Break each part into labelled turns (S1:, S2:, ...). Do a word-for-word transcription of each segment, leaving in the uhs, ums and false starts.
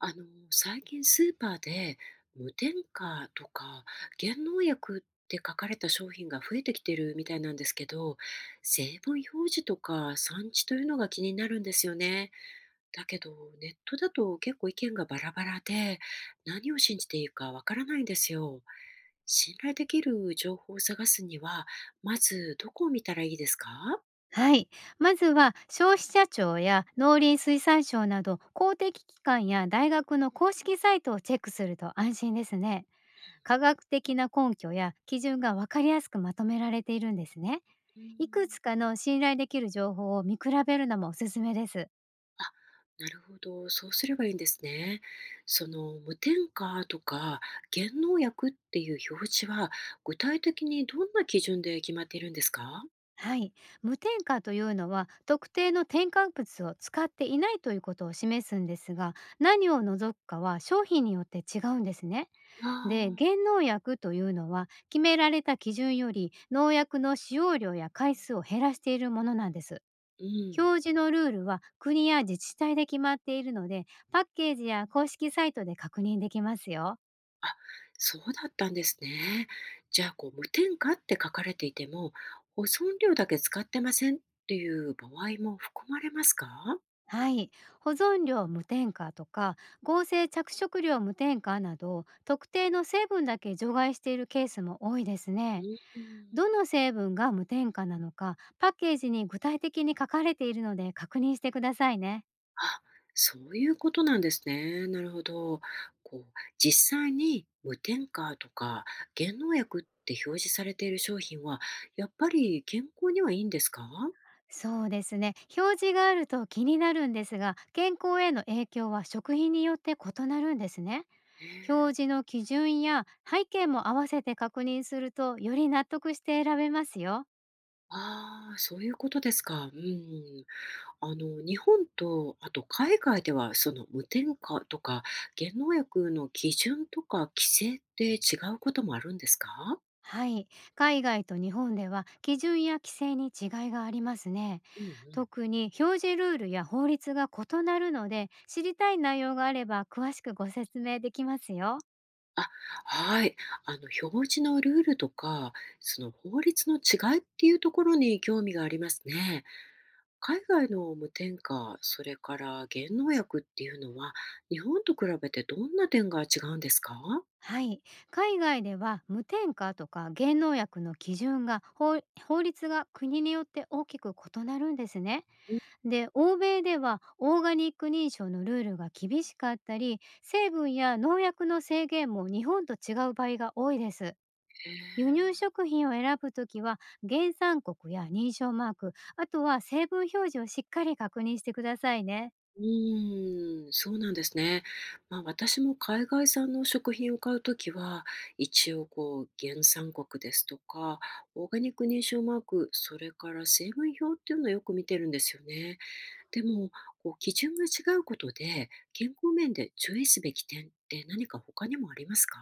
S1: あの、最近スーパーで無添加とか減農薬って書かれた商品が増えてきてるみたいなんですけど、成分表示とか産地というのが気になるんですよね。だけど、ネットだと結構意見がバラバラで、何を信じていいかわからないんですよ。信頼できる情報を探すには、まずどこを見たらいいですか？
S2: はい。まずは消費者庁や農林水産省など公的機関や大学の公式サイトをチェックすると安心ですね。科学的な根拠や基準が分かりやすくまとめられているんですね。
S1: うん。
S2: いくつかの信頼できる情報を見比べるのもおすすめです。
S1: なるほど、そうすればいいんですね。その無添加とか減農薬っていう表示は具体的にどんな基準で決まっているんですか？
S2: はい、無添加というのは特定の添加物を使っていないということを示すんですが、何を除くかは商品によって違うんですね。で、
S1: ああ、
S2: 減農薬というのは決められた基準より農薬の使用量や回数を減らしているものなんです。
S1: うん。
S2: 表示のルールは国や自治体で決まっているので、パッケージや公式サイトで確認できますよ。
S1: あ、そうだったんですね。じゃあ、こう、無添加って書かれていても、保存料だけ使ってませんっていう場合も含まれますか？
S2: はい。保存料無添加とか合成着色料無添加など特定の成分だけ除外しているケースも多いです
S1: う
S2: ね。
S1: ん。
S2: どの成分が無添加なのか、パッケージに具体的に書かれているので確認してくださいね。
S1: あ、そういうことなんですね。なるほど。こう、実際に無添加とか減農薬って表示されている商品は、やっぱり健康にはいいんですか？
S2: そうですね。表示があると気になるんですが、健康への影響は食品によって異なるんですね。
S1: え
S2: 表
S1: え。
S2: 示の基準や背景も合わせて確認するとより納得して選べますよ。
S1: ああ、そういうことですか。うん。あの、日本と、あと海外では、その無添加とか減農薬の基準とか規制って違うこともあるんですか？
S2: はい、海外と日本では基準や規制に違いがありますね。
S1: うんうん。
S2: 特に表示ルールや法律が異なるので、知りたい内容があれば詳しくご説明できますよ。
S1: あ、はい。あの、表示のルールとか、その法律の違いっていうところに興味がありますね。海外の無添加、それから減農薬っていうのは、日本と比べてどんな点が違うんですか？
S2: はい、海外では無添加とか減農薬の基準が法法律が国によって大きく異なるんですね。
S1: うん。
S2: で、欧米ではオーガニック認証のルールが厳しかったり、成分や農薬の制限も日本と違う場合が多いです。
S1: へえ
S2: 輸入
S1: ー。
S2: 食品を選ぶときは、原産国や認証マーク、あとは成分表示をしっかり確認してくださいね。
S1: うーん、そうなんですね。まあ、私も海外産の食品を買うときは、一応こう原産国ですとか、オーガニック認証マーク、それから成分表っていうのをよく見てるんですよね。でも、こう基準が違うことで、健康面で注意すべき点って何か他にもありますか？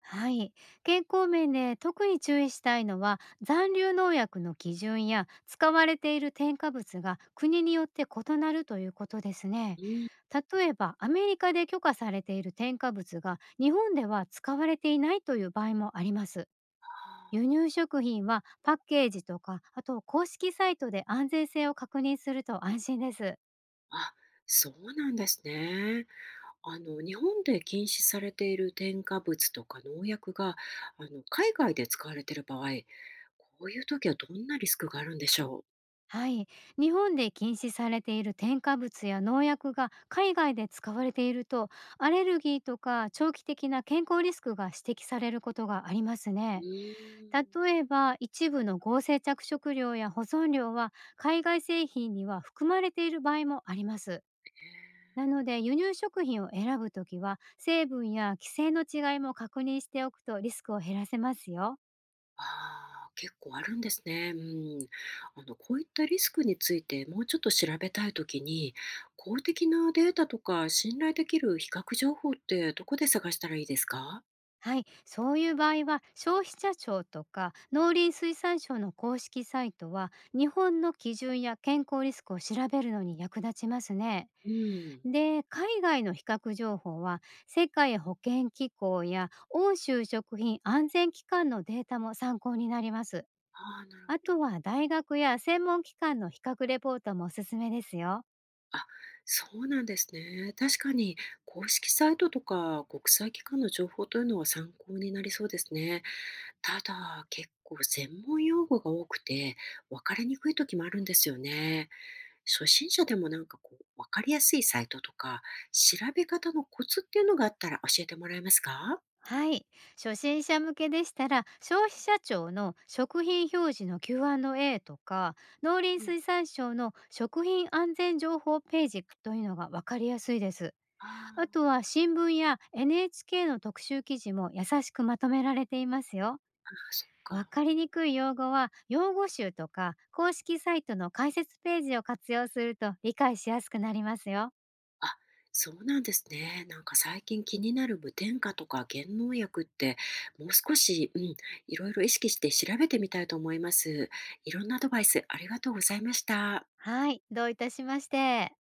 S2: はい、健康面で特に注意したいのは、残留農薬の基準や使われている添加物が国によって異なるということですね。
S1: うん。
S2: 例えばアメリカで許可されている添加物が日本では使われていないという場合もあります。
S1: あ
S2: 輸入食品はパッケージとか、あと公式サイトで安全性を確認すると安心です。
S1: あ、そうなんですね。あの、日本で禁止されている添加物とか農薬が、あの、海外で使われている場合、こういう時はどんなリスクがあるんでしょう？
S2: はい、日本で禁止されている添加物や農薬が海外で使われていると、アレルギーとか長期的な健康リスクが指摘されることがあります
S1: う
S2: ね。
S1: ーん。
S2: 例えば一部の合成着色料や保存料は海外製品には含まれている場合もあります。なので輸入食品を選ぶときは、成分や規制の違いも確認しておくとリスクを減らせますよ。
S1: ああ、結構あるんですね。うん。あの、こういったリスクについてもうちょっと調べたいときに、公的なデータとか信頼できる比較情報ってどこで探したらいいですか？
S2: はい、そういう場合は消費者庁とか農林水産省の公式サイトは日本の基準や健康リスクを調べるのに役立ちますね。
S1: うん。
S2: で、海外の比較情報は世界保健機構や欧州食品安全機関のデータも参考になります。
S1: ああ、なるほ
S2: あ
S1: ど。
S2: とは大学や専門機関の比較レポートもおすすめですよ。
S1: あ、そうなんですね。確かに公式サイトとか国際機関の情報というのは参考になりそうですね。ただ、結構専門用語が多くて分かりにくい時もあるんですよね。初心者でもなんかこう、わかりやすいサイトとか、調べ方のコツっていうのがあったら教えてもらえますか？
S2: はい。初心者向けでしたら、消費者庁の食品表示の キューアンドエー とか、農林
S1: うん。
S2: 水産省の食品安全情報ページというのが分かりやすいです。
S1: あー
S2: あと
S1: あ。
S2: は新聞や エヌエイチケー の特集記事も優しくまとめられていますよ。
S1: あそっ
S2: 分
S1: か。
S2: かりにくい用語は、用語集とか公式サイトの解説ページを活用すると理解しやすくなりますよ。
S1: あ、そうなんですね。なんか最近気になる無添加とか減農薬って、もう少し、うん、いろいろ意識して調べてみたいと思います。いろんなアドバイスありがとうございました。
S2: はい。どういたしまして。